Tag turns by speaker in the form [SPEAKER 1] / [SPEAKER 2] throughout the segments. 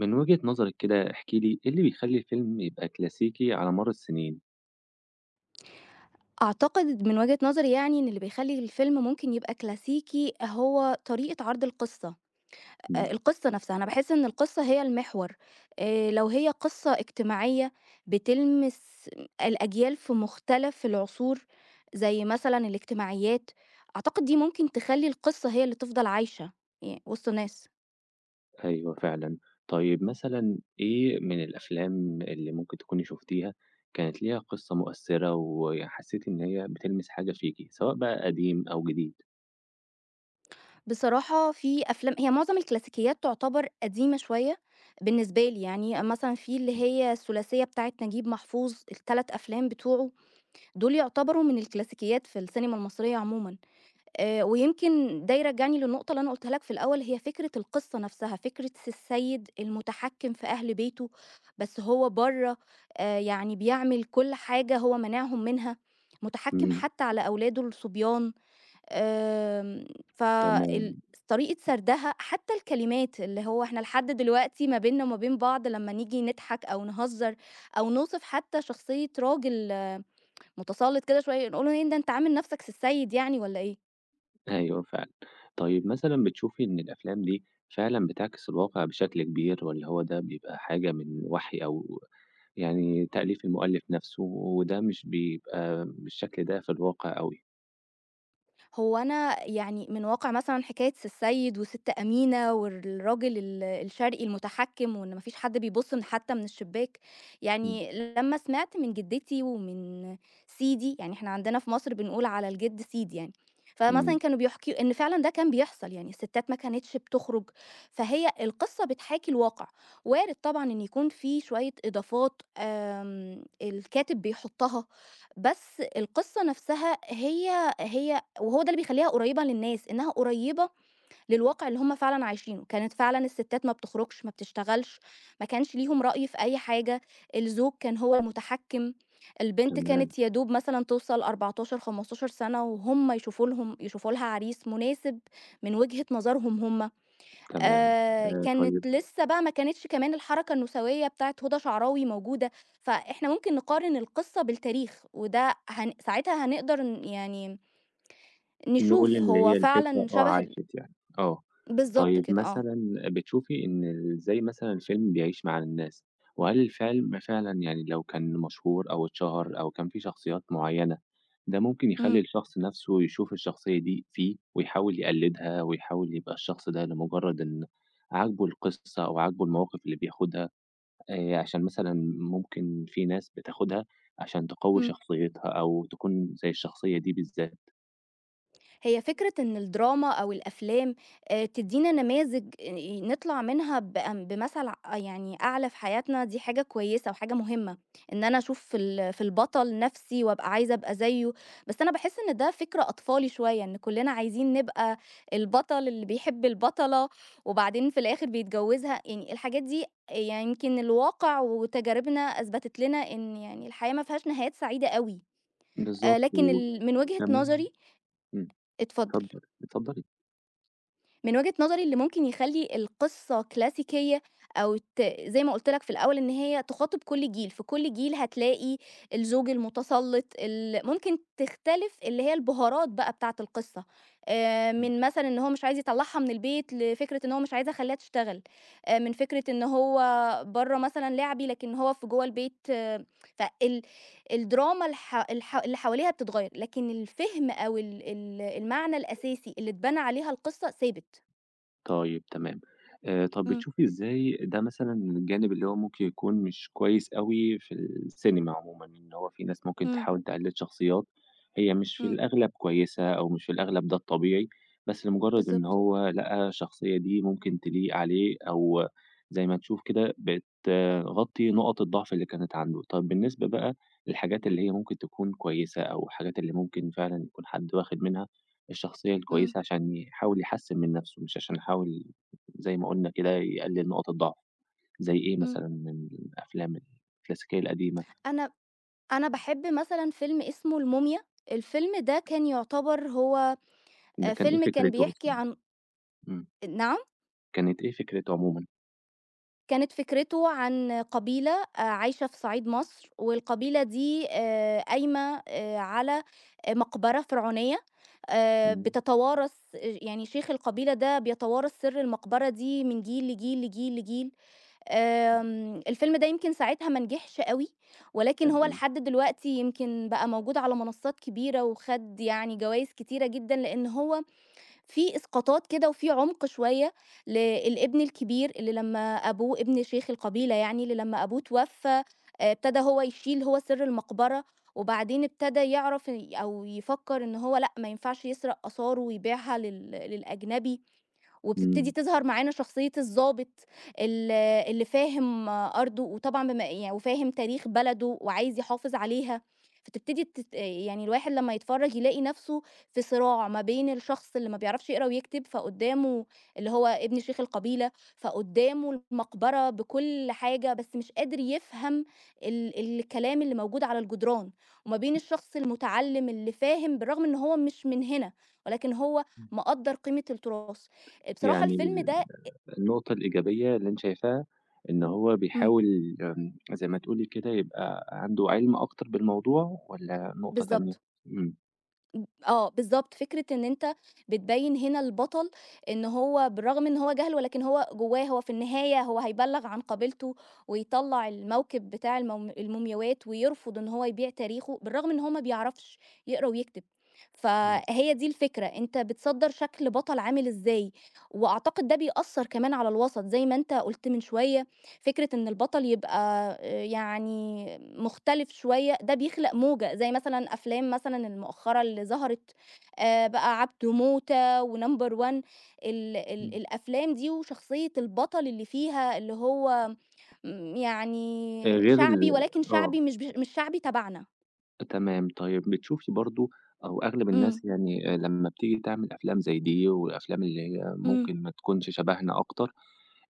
[SPEAKER 1] من وجهة نظرِك كده احكي لي إيه اللي بيخلّي الفيلم يبقى كلاسيكي على مَر السنين؟
[SPEAKER 2] أعتقد من وجهة نظري يعني إن اللي بيخلّي الفيلم ممكن يبقى كلاسيكي هو طريقة عرض القصة،
[SPEAKER 1] إمم.
[SPEAKER 2] القصة نفسها. أنا باحس إن القصة هي المحور. لو هي قصة اجتماعية بتلمس الأجيال في مختلف العصور، زي مثلًا الاجتماعيات، أعتقد دي ممكن تخلّي القصة هي اللي تفضل عايشة وسط الناس.
[SPEAKER 1] أيوه فعلًا. طيب مثلًا إيه من الأفلام اللي ممكن تكوني شُفتيها كانت ليها قصة مؤثّرة وحسّيتِ إن هي بتلمِس حاجة فيكِ، سواء بقى قديم أو جديد؟
[SPEAKER 2] بصراحة في أفلام هي معظم الكلاسيكيات تعتبر قديمة شوية بالنسبة لي، يعني مثلًا في اللي هي الثلاثية بتاعة نجيب محفوظ، ال3 أفلام بتوعه دول يعتبروا من الكلاسيكيات في السينما المصرية عمومًا. ويمكن ده يرجّعني للنقطة اللي أنا قُلتها لك في الأول، هي فكرة القصة نفسها، فكرة السيد المتحكم في أهل بيته، بس هو برّه يعني بيعمل كل حاجة هو مانعهم منها، متحكم
[SPEAKER 1] إمم،
[SPEAKER 2] حتى على أولاده الصبيان. آمم، فال
[SPEAKER 1] تمام.
[SPEAKER 2] طريقة سردها حتى الكلمات، اللي هو إحنا لحد دلوقتي ما بيننا وما بين بعض لمّا نيجي نضحك أو نهزّر أو نوصف حتى شخصية راجل آه، متسلّط كده شوية، نقول له: "إيه ده أنت عامل نَفْسك سي السيد يعني والّا إيه؟"
[SPEAKER 1] أيوه فعلًا. طيب مثلًا بتشوفي إن الأفلام دي فعلًا بتعكس الواقع بشكل كبير والّا هو ده بيبقى حاجة من وَحْي أو يعني تأليف المؤلف نَفْسه وده مش بيبقى بالشكل ده في الواقع أوي؟
[SPEAKER 2] هو أنا يعني من واقع مثلًا حكاية سي السيد وسِت أمينة والراجل الشرقي المتحكّم، وإن ما فيش حد بيبُص من حتى من الشباك،
[SPEAKER 1] إمم.
[SPEAKER 2] يعني لمّا سمعت من جدتي ومن سيدي، يعني إحنا عندنا في مصر بنقول على الجِد سيدي يعني، فمثلًا
[SPEAKER 1] إمم.
[SPEAKER 2] كانوا بيحكي إن فعلًا ده كان بيحصل، يعني الستات ما كانتش بتخرج، فهي القصة بتحاكي الواقع. وارد طبعًا إن يكون في شوية إضافات الكاتب بيحُطّها، بس القصة نفسها هي هي، وهو ده اللي بيخلّيها قريّبة للناس، إنها قريّبة للواقع اللي هم فعلًا عايشينه. كانت فعلًا الستات ما بتخرجش، ما بتشتغلش، ما كانش ليهم رأي في أي حاجة، الزوج كان هو المتحكّم، البنت
[SPEAKER 1] تمام،
[SPEAKER 2] كانت يا دوب مثلًا توصل 14، 15 سَنة وهُم يشوفوا لهم يشوفوا لها عريس مناسب من وجهة نظرهم هم.
[SPEAKER 1] تمام. طيب
[SPEAKER 2] كانت لسّه بقى ما كانتش كمان الحركة النسوية بتاعة هُدى شعراوي موجودة، فإحنا ممكن نقارن القصّة بالتاريخ، وده ساعتها هنقدر يعني
[SPEAKER 1] نقول
[SPEAKER 2] نشوف
[SPEAKER 1] اللي
[SPEAKER 2] هو
[SPEAKER 1] هي
[SPEAKER 2] فعلًا
[SPEAKER 1] الفكرة آه
[SPEAKER 2] شبه
[SPEAKER 1] عاشت يعني. آه.
[SPEAKER 2] بالضبط
[SPEAKER 1] طيب
[SPEAKER 2] كده آه.
[SPEAKER 1] مثلًا بتشوفي إن إزاي مثلًا الفيلم بيعيش مع الناس، وهل الفيلم فعلًا يعني لو كان مشهور أو اتشهر أو كان فيه شخصيات معيّنة، ده ممكن يخلّي
[SPEAKER 2] إمم.
[SPEAKER 1] الشخص نَفْسه يشوف الشخصية دي فيه ويحاول يقلدها ويحاول يبقى الشخص ده لمجرد إن عاجبه القصة أو عاجبه المواقف اللي بياخدها، عشان مثلًا ممكن في ناس بتاخدها عشان تقوّي
[SPEAKER 2] إمم.
[SPEAKER 1] شخصيتها أو تكون زي الشخصية دي بالذات.
[SPEAKER 2] هي فكرة إن الدراما أو الأفلام تدّينا نماذج، نطلع منها بمثل يعني أعلى في حياتنا، دي حاجة كويسة وحاجة مهمة، إن أنا أشوف في في البطل نَفْسي وأبقى عايزة أبقى زيه. بس أنا باحس إن ده فكر أطفالي شوية، إن كُلّنا عايزين نبقى البطل اللي بيحب البطلة وبعدين في الآخر بيتجوّزها، يعني الحاجات دي، يعني يمكن الواقع وتجاربنا أثبتت لنا إن يعني الحياة ما فيهاش نهايات سعيدة أوي.
[SPEAKER 1] بالضبط،
[SPEAKER 2] لكن من وجهة
[SPEAKER 1] وكمان
[SPEAKER 2] نظري.
[SPEAKER 1] إمم،
[SPEAKER 2] اتفضل.
[SPEAKER 1] اتفضلي، اتفضلي.
[SPEAKER 2] من وجهة نظري اللي ممكن يخلّي القصة كلاسيكية أو ت زي ما قُلت لك في الأول، إن هي تخاطب كل جيل، في كل جيل هتلاقي الزوج المُتسلّط، ممكن تختلف اللي هي البهارات بقى بتاعة القصة، من مثلًا إن هو مش عايز يطلّعها من البيت، لفكرة إن هو مش عايز أخلّيها تشتغل، من فكرة إن هو برّه مثلًا لعبي، لكن هو في جوّه البيت، فال الدراما الح الح اللي حواليها بتتغيّر، لكن الفهم أو ال ال المعنى الأساسي اللي اتبنى عليها القصة ثابت.
[SPEAKER 1] طيب تمام. طَب
[SPEAKER 2] إمم.
[SPEAKER 1] بتشوفي إزاي ده مثلًا الجانب اللي هو ممكن يكون مش كويس أوي في السينما عمومًا، إن هو في ناس ممكن
[SPEAKER 2] إمم.
[SPEAKER 1] تحاول تقلِّد شخصيات هي مش في
[SPEAKER 2] إمم.
[SPEAKER 1] الأغلب كويسة أو مش في الأغلب ده الطبيعي، بس لمجرّد إن
[SPEAKER 2] بالضبط.
[SPEAKER 1] هو لقى الشخصية دي ممكن تليق عليه أو زي ما نشوف كده بتغطّي نُقَط الضعف اللي كانت عنده. طَب بالنسبة بقى للحاجات اللي هي ممكن تكون كويسة أو الحاجات اللي ممكن فعلًا يكون حد واخِد منها الشخصية
[SPEAKER 2] إمم.
[SPEAKER 1] الكويسة عشان يحاول يحسّن من نَفْسه، مش عشان يحاول زي ما قُلنا كده يقلل نقط الضعف، زي إيه
[SPEAKER 2] إمم.
[SPEAKER 1] مثلًا من الأفلام الكلاسيكية القديمة،
[SPEAKER 2] أنا أنا باحب مثلًا فيلم اسمه الموميا، الفيلم ده كان يعتبر هو
[SPEAKER 1] ده كان إيه
[SPEAKER 2] فيلم كان
[SPEAKER 1] فكرته
[SPEAKER 2] بيحكي
[SPEAKER 1] أصلًا؟
[SPEAKER 2] عن.
[SPEAKER 1] إمم،
[SPEAKER 2] نعم.
[SPEAKER 1] كانت إيه فكرته عمومًا؟
[SPEAKER 2] كانت فكرته عن قبيلة، عايشة في صعيد مصر، والقبيلة دي قايمة على مقبرة فرعونية،
[SPEAKER 1] إمم،
[SPEAKER 2] بتتوارث، يعني شيخ القبيلة ده بيتوارث سر المقبرة دي من جيل لجيل، لجيل، لجيل.
[SPEAKER 1] إمم.
[SPEAKER 2] الفيلم ده يمكن ساعتها ما نجحش أوي، ولكن هو
[SPEAKER 1] تمام،
[SPEAKER 2] لحد دلوقتي يمكن بقى موجود على منصات كبيرة، وخَد يعني جوايز كتيرة جدًا، لإن هو فيه إسقاطات كده وفيه عمق شوية الابن الكبير اللي لمّا أبوه ابن شيخ القبيلة يعني، اللي لمّا أبوه اتوفّى ابتدى هو يشيل هو سِر المقبرة، وبعدين ابتدى يعرف أو يفكّر إن هو لأ، ما ينفعش يسرق آثاره ويبيعها للأجنبي، وبتبتدي
[SPEAKER 1] إمم،
[SPEAKER 2] تظهر معانا شخصية الضابط ال اللي فاهم أرضه وطبعًا بما يعني وفاهم تاريخ بلده وعايز يحافظ عليها، فتبتدي يعني الواحد لمّا يتفرّج يلاقي نَفْسه في صراع ما بين الشخص اللي ما بيعرفش يقرا ويكتب، فقدّامه اللي هو ابن شيخ القبيلة، فقدّامه المقبرة بكل حاجة بس مش قادر يفهم الكلام اللي موجود على الجدران، وما بين الشخص المتعلّم اللي فاهم بالرغم إن هو مش من هنا، ولكن هو مقدّر قيمة التراث. بصراحة
[SPEAKER 1] يعني
[SPEAKER 2] الفيلم ده.
[SPEAKER 1] النقطة الإيجابية اللي أنتِ شايفاها إن هو
[SPEAKER 2] إمم.
[SPEAKER 1] بيحاول زي ما تقولي كده يبقى عنده عِلْم أكتر بالموضوع والّا نقطة تانية؟
[SPEAKER 2] بالضبط.
[SPEAKER 1] إمم،
[SPEAKER 2] آه، بالضبط، فكرة إن أنت بتبيّن هنا البطل، إن هو بالرغم إن هو جهل، ولكن هو جواه هو، في النهاية هو هيبلّغ عن قبيلته ويطلّع الموكب بتاع المومياوات، ويرفض إن هو يبيع تاريخه، بالرغم إن هو ما بيعرفش يقرا ويكتب.
[SPEAKER 1] إمم،
[SPEAKER 2] فهي دي الفكرة، أنت بتصدّر شكل بطل عامل إزاي، وأعتقد ده بيأثّر كمان على الوسط زي ما أنت قُلت من شوية، فكرة إن البطل يبقى يعني مختلف شوية، ده بيخلق موجة، زي مثلًا أفلام مثلًا المؤخرة اللي ظهرت بقى عبده موتة وNumber One، ال ال
[SPEAKER 1] إمم،
[SPEAKER 2] الأفلام دي وشخصية البطل اللي فيها اللي هو يعني
[SPEAKER 1] غير
[SPEAKER 2] شعبي، ولكن
[SPEAKER 1] آه.
[SPEAKER 2] شعبي مش مش شعبي تبعنا.
[SPEAKER 1] تمام، طيب بتشوفي برضه أو أغلب
[SPEAKER 2] إمم.
[SPEAKER 1] الناس يعني لمّا بتيجي تعمل أفلام زي دي والأفلام اللي هي
[SPEAKER 2] إمم.
[SPEAKER 1] ممكن ما تكونش شبهنا أكتر،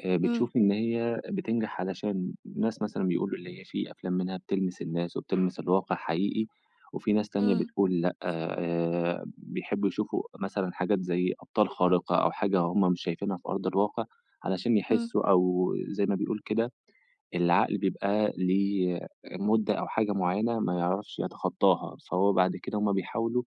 [SPEAKER 2] إمم.
[SPEAKER 1] بتشوفي إن هي بتنجح علشان ناس مثلًا بيقولوا اللي هي في أفلام منها بتلمس الناس وبتلمس الواقع حقيقي، وفي ناس تانية
[SPEAKER 2] إمم.
[SPEAKER 1] بتقول لأ، بيحبّوا يشوفوا مثلًا حاجات زي أبطال خارقة أو حاجة هم مش شايفينها في أرض الواقع علشان
[SPEAKER 2] إمم.
[SPEAKER 1] يحسّوا أو زي ما بيقول كده العقل بيبقى ليه مدة أو حاجة معيّنة ما يعرفش يتخطاها، فهو بعد كده هُم بيحاولوا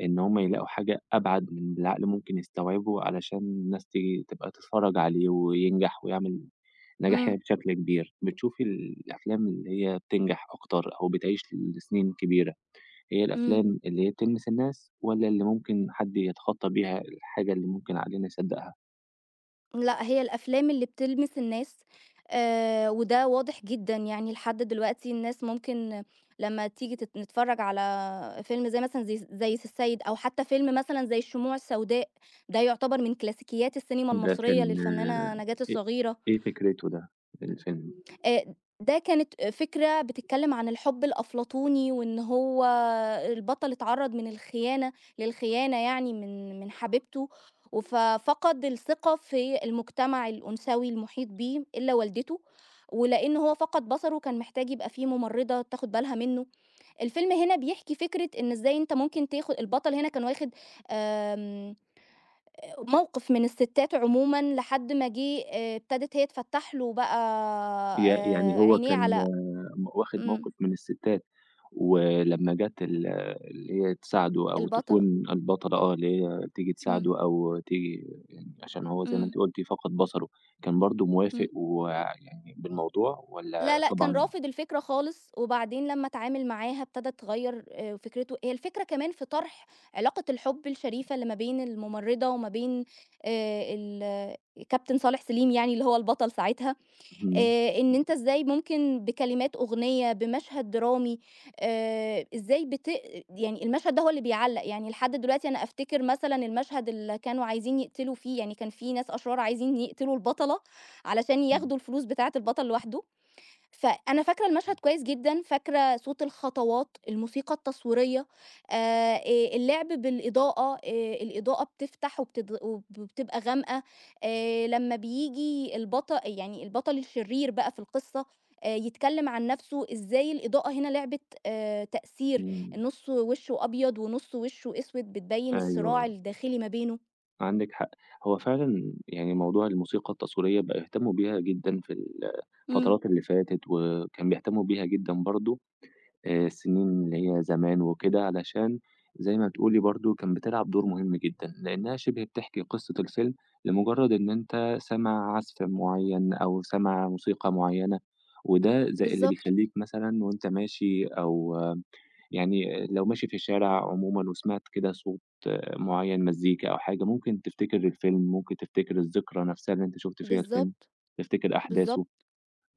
[SPEAKER 1] إن هُم يلاقوا حاجة أبعد من اللي العقل ممكن يستوعبه علشان الناس تيجي تبقى تتفرّج عليه وينجح ويعمل نجاح
[SPEAKER 2] إمم.
[SPEAKER 1] يعني بشكل كبير. بتشوفي الأفلام اللي هي بتنجح أكتر أو بتعيش لسنين كبيرة، هي
[SPEAKER 2] إمم.
[SPEAKER 1] الأفلام اللي هي بتلمس الناس والّا اللي ممكن حد يتخطى بيها الحاجة اللي ممكن عقلنا يصدّقها؟
[SPEAKER 2] لأ، هي الأفلام اللي بتلمس الناس، وده واضح جدًا، يعني لحد دلوقتي الناس ممكن لمّا تيجي نتفرّج على فيلم زي مثلًا زي زي سي السيد، أو حتى فيلم مثلًا زي الشموع السوداء، ده يعتبر من كلاسيكيات السينما
[SPEAKER 1] ده كان
[SPEAKER 2] المصرية للفنانة نجاة
[SPEAKER 1] إيه
[SPEAKER 2] الصغيرة.
[SPEAKER 1] إيه فكرته ده الفيلم؟
[SPEAKER 2] آآ ده كانت فكرة بتتكلّم عن الحُب الأفلاطوني، وإن هو البطل اتعرّض من الخيانة للخيانة، يعني من من حبيبته، فقد الثقة في المجتمع الأنثوي المحيط بيه إلّا والدته، ولإن هو فقد بصره كان محتاج يبقى في مُمرِّضة تاخُد بالها منّه. الفيلم هنا بيحكي فكرة إن إزاي أنت ممكن البطل هنا كان واخِد آمم موقف من الستات عمومًا، لحد ما جه ابتدت هي تفتّح له بقى
[SPEAKER 1] يعني هو
[SPEAKER 2] عينيه
[SPEAKER 1] كان
[SPEAKER 2] على.
[SPEAKER 1] واخد
[SPEAKER 2] إمم.
[SPEAKER 1] موقِف من الستّات، ولمّا جات اللي هي تساعده أو تكون
[SPEAKER 2] البطلة.
[SPEAKER 1] البطلة آه، اللي هي تيجي
[SPEAKER 2] إمم.
[SPEAKER 1] تساعده أو تيجي يعني عشان هو زي ما أنتِ
[SPEAKER 2] إمم.
[SPEAKER 1] قُلتِ فقد بصره، كان برضه موافق
[SPEAKER 2] إمم.
[SPEAKER 1] ويعني بالموضوع
[SPEAKER 2] لا،
[SPEAKER 1] والّا
[SPEAKER 2] لأ، كان
[SPEAKER 1] طبعًا
[SPEAKER 2] رافض الفكرة خالص، وبعدين لمّا اتعامل معاها ابتدت تغيّر فكرته، هي الفكرة كمان في طرح علاقة الحب الشريفة اللي ما بين الممرضة وما بين ال الكابتن صالح سليم، يعني اللي هو البطل ساعتها.
[SPEAKER 1] إمم،
[SPEAKER 2] إن أنت إزاي ممكن بكلمات أغنية، بمشهد درامي، إزاي يعني المشهد ده هو اللي بيعلّق، يعني لحد دلوقتي أنا أفتكر مثلًا المشهد اللي كانوا عايزين يقتلوا فيه، يعني كان في ناس أشرار عايزين يقتلوا البطلة علشان
[SPEAKER 1] إمم،
[SPEAKER 2] ياخدوا الفلوس بتاعة البطل لوحده، فأنا فاكرة المشهد كويس جدًا، فاكرة صوت الخطوات، الموسيقى التصويرية، آآ، اللعب بالإضاءة، الإضاءة بتفتح وبتض وب وبتبقى غامقة، لمّا بييجي يعني البطل الشرير بقى في القصة، يتكلم عن نَفْسه، إزاي الإضاءة هنا لعبِت تأثير،
[SPEAKER 1] إمم،
[SPEAKER 2] نُص وشه أبيض ونُص وشه أسود، بتبيّن الصراع
[SPEAKER 1] أيوه،
[SPEAKER 2] الداخلي ما بينه.
[SPEAKER 1] عندِك حق. هو فعلًا يعني موضوع الموسيقى التصويرية بقى يهتموا بيها جدًا في
[SPEAKER 2] إمم.
[SPEAKER 1] الفترات اللي فاتت، وكان بيهتموا بيها جدًا برضه. السنين اللي هي زمان وكده، علشان زي ما بتقولي برضه كان بتلعب دور مهم جدًا، لإنها شِبه بتحكي قصة الفيلم لمجرد إن أنت سامع عزف معيّن أو سامع موسيقى معيّنة، وده زي اللي
[SPEAKER 2] بالضبط.
[SPEAKER 1] بيخلّيك مثلًا وأنت ماشي أو يعني لو ماشي في الشارع عمومًا وسمعت كده صوت معيّن مزيكا أو حاجة، ممكن تفتكر الفيلم، ممكن تفتكر الذكرى نفسها اللي أنت شُفت فيها الفيلم،
[SPEAKER 2] بالضبط.
[SPEAKER 1] تفتكر
[SPEAKER 2] بالضبط.
[SPEAKER 1] أحداثه.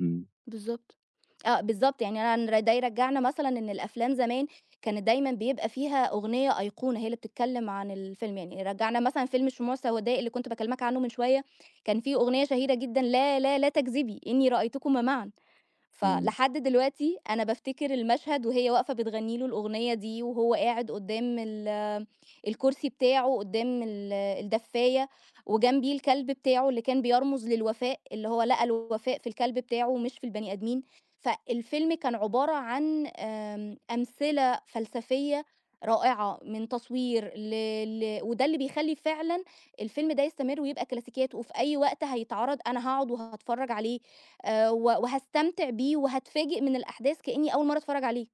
[SPEAKER 1] إمم،
[SPEAKER 2] بالضبط. آه، بالضبط، يعني أنا ده يرجّعنا مثلًا إن الأفلام زمان كانت دايمًا بيبقى فيها أغنية أيقونة هي اللي بتتكلّم عن الفيلم، يعني يرجّعنا مثلًا فيلم الشموع السوداء اللي كنت باكلّمك عنه من شوية، كان فيه أغنية شهيرة جدًا: "لا، لا، لا تكذبي إني رأيتكما معًا."
[SPEAKER 1] إمم.
[SPEAKER 2] فلحد دلوقتي أنا بافتكر المشهد، وهي واقفة بتغني له الأغنية دي، وهو قاعد قدام الكرسي بتاعه قدام الدفاية، وجنبيه الكلب بتاعه اللي كان بيرمز للوفاء، اللي هو لقى الوفاء في الكلب بتاعه ومش في البني آدمين. فالفيلم كان عبارة عن أمثلة فلسفية رائعة، من تصوير وده اللي بيخلي فعلا الفيلم ده يستمر ويبقى كلاسيكيات، وفي أي وقت هيتعرض أنا هقعد وهتفرج عليه و وهاستمتع بيه وهاتفاجئ من الأحداث كإني أول مرّة أتفرّج عليه.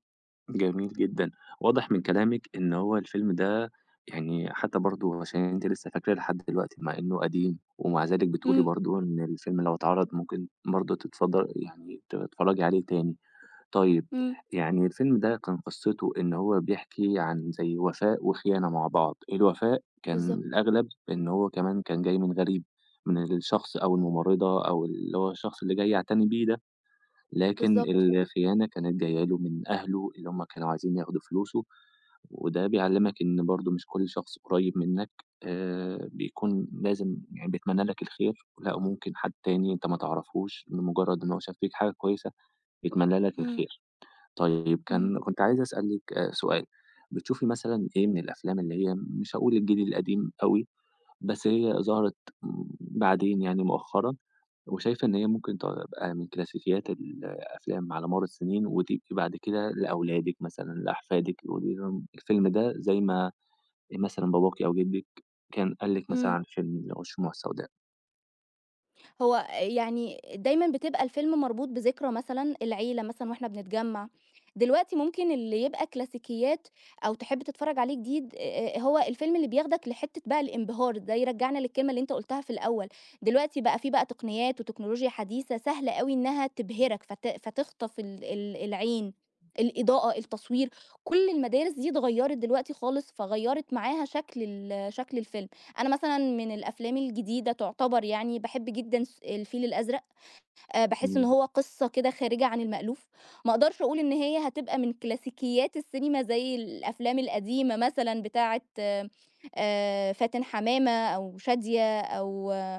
[SPEAKER 1] جميل جدًا. واضح من كلامِك إن هو الفيلم ده يعني حتى برضه عشان أنتِ لسه فاكراه لحد دلوقتي مع إنه قديم، ومع ذلك بتقولي
[SPEAKER 2] إمم.
[SPEAKER 1] برضه إن الفيلم لو اتعرض ممكن برضه يعني تتفرّجي عليه تاني. طيب،
[SPEAKER 2] إمم.
[SPEAKER 1] يعني الفيلم ده كان قصته إن هو بيحكي عن زي وفاء وخيانة مع بعض. الوفاء كان
[SPEAKER 2] بالضبط.
[SPEAKER 1] الأغلب إن هو كمان كان جاي من غريب، من الشخص أو الممرضة أو اللي هو الشخص اللي جاي يعتني بيه ده لكن
[SPEAKER 2] بالضبط.
[SPEAKER 1] الخيانة كانت جاية له من أهله اللي هم كانوا عايزين ياخدوا فلوسه، وده بيعلّمك إن برضه مش كل شخص قريب منّك بيكون لازم يعني بيتمنّى لك الخير، لأ ممكن حد تاني أنت ما تعرفهوش بمجرّد إن هو شاف فيك حاجة كويسة يتمنّى لك
[SPEAKER 2] إمم.
[SPEAKER 1] الخير. طيب
[SPEAKER 2] إمم.
[SPEAKER 1] كنت عايز أسألِك سؤال، بتشوفي مثلًا إيه من الأفلام اللي هي مش هاقول الجيل القديم أوي بس هي ظهرت بعدين يعني مؤخرًا، وشايفة إن هي ممكن تبقى من كلاسيكيات الأفلام على مر السنين، وتبقي بعد كده لأولادِك مثلًا، لأحفادِك، قولي لهم الفيلم ده زي ما مثلًا باباكِ أو جدِّك كان قال لِك مثلًا
[SPEAKER 2] إمم.
[SPEAKER 1] عن فيلم الشموع السوداء.
[SPEAKER 2] هو يعني دايمًا بتبقى الفيلم مربوط بذكرى مثلًا، العيلة مثلًا وإحنا بنتجمّع. دلوقتي ممكن اللي يبقى كلاسيكيات أو تحب تتفرّج عليه جديد، هو الفيلم اللي بياخدك لحتّة بقى الانبهار، ده يرجّعنا للكلمة اللي أنت قُلتها في الأول. دلوقتي بقى في بقى تقنيات وتكنولوجيا حديثة سهل أوي إنّها تبهرك فتخطف ال ال العين، الإضاءة، التصوير، كل المدارس دي اتغيّرت دلوقتي خالص، فغيّرت معاها شكل الفيلم. أنا مثلًا من الأفلام الجديدة تعتبر يعني باحب جدًا الفيل الأزرق، باحس إن
[SPEAKER 1] إمم،
[SPEAKER 2] هو قصة كده خارجة عن المألوف، ما أقدرش أقول إن هي هتبقى من كلاسيكيات السينما زي الأفلام القديمة مثلًا بتاعة فاتن حمامة أو شادية أو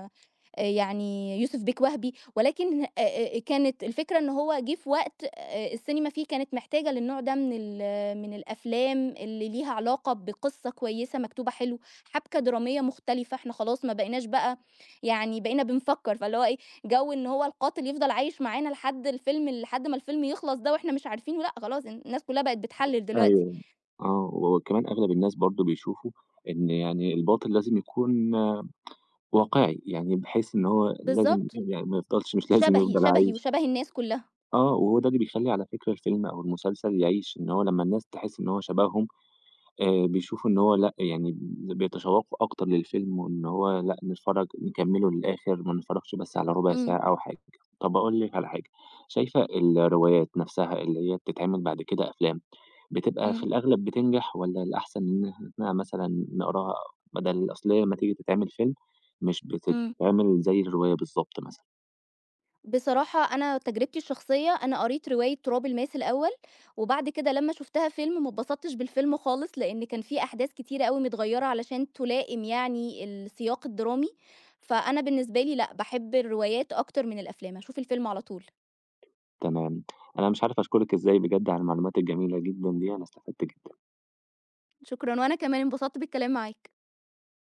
[SPEAKER 2] يعني يوسف بيك وهبي، ولكن كانت الفكرة إن هو جِه في وقت السينما فيه كانت محتاجة للنوع ده من ال من الأفلام اللي ليها علاقة بقصة كويسة مكتوبة حلو، حبكة درامية مختلفة، إحنا خلاص ما بقيناش بقى يعني، بقينا بنفكّر، فاللي هو إيه، جو إن هو القاتل يفضل عايش معانا لحد الفيلم، لحد ما الفيلم يخلص ده وإحنا مش عارفينه، لأ خلاص الناس كلّها بقت بتحلِّل دلوقتي.
[SPEAKER 1] أيوه. آه، وكمان أغلب الناس برضه بيشوفوا إن يعني الباطل لازم يكون واقعي، يعني بحيث إن هو لازم
[SPEAKER 2] بالضبط.
[SPEAKER 1] يعني ما يفضلش مش لازم
[SPEAKER 2] شبهي،
[SPEAKER 1] يفضل
[SPEAKER 2] شبهي
[SPEAKER 1] عايش
[SPEAKER 2] وشبه الناس كلّها.
[SPEAKER 1] آه، وهو ده اللي بيخلّي على فكرة الفيلم أو المسلسل يعيش، إن هو لمّا الناس تحس إن هو شبههم بيشوفوا إن هو لأ، يعني بيتشوقوا أكتر للفيلم وإن هو لأ، نتفرّج نكمّله للآخر، ما نتفرّجش بس على ربع
[SPEAKER 2] إمم.
[SPEAKER 1] ساعة أو حاجة. طَب أقول لِك على حاجة، شايفة الروايات نفسها اللي هي بتتعمل بعد كده أفلام، بتبقى في
[SPEAKER 2] إمم.
[SPEAKER 1] الأغلب بتنجح والّا الأحسن إن إحنا مثلًا نقراها بدل أصل هي لمّا تيجي تتعمل فيلم مش
[SPEAKER 2] إمم.
[SPEAKER 1] بتتعمل زي الرواية بالضبط مثلًا؟
[SPEAKER 2] بصراحة أنا تجربتي الشخصية، أنا قريت رواية تراب الماس الأول وبعد كده لمّا شُفتها فيلم ما اتبسطتش بالفيلم خالص، لإن كان في أحداث كتيرة أوي متغيّرة علشان تلائم يعني السياق الدرامي، فأنا بالنسبة لي لأ، باحب الروايات أكتر من الأفلام، هاشوف الفيلم على طول.
[SPEAKER 1] تمام. أنا مش عارف أشكرِك إزاي بجد على المعلومات الجميلة جدًا دي، أنا استفدت جدًا.
[SPEAKER 2] شكرًا، وأنا كمان انبسطت بالكلام معاك.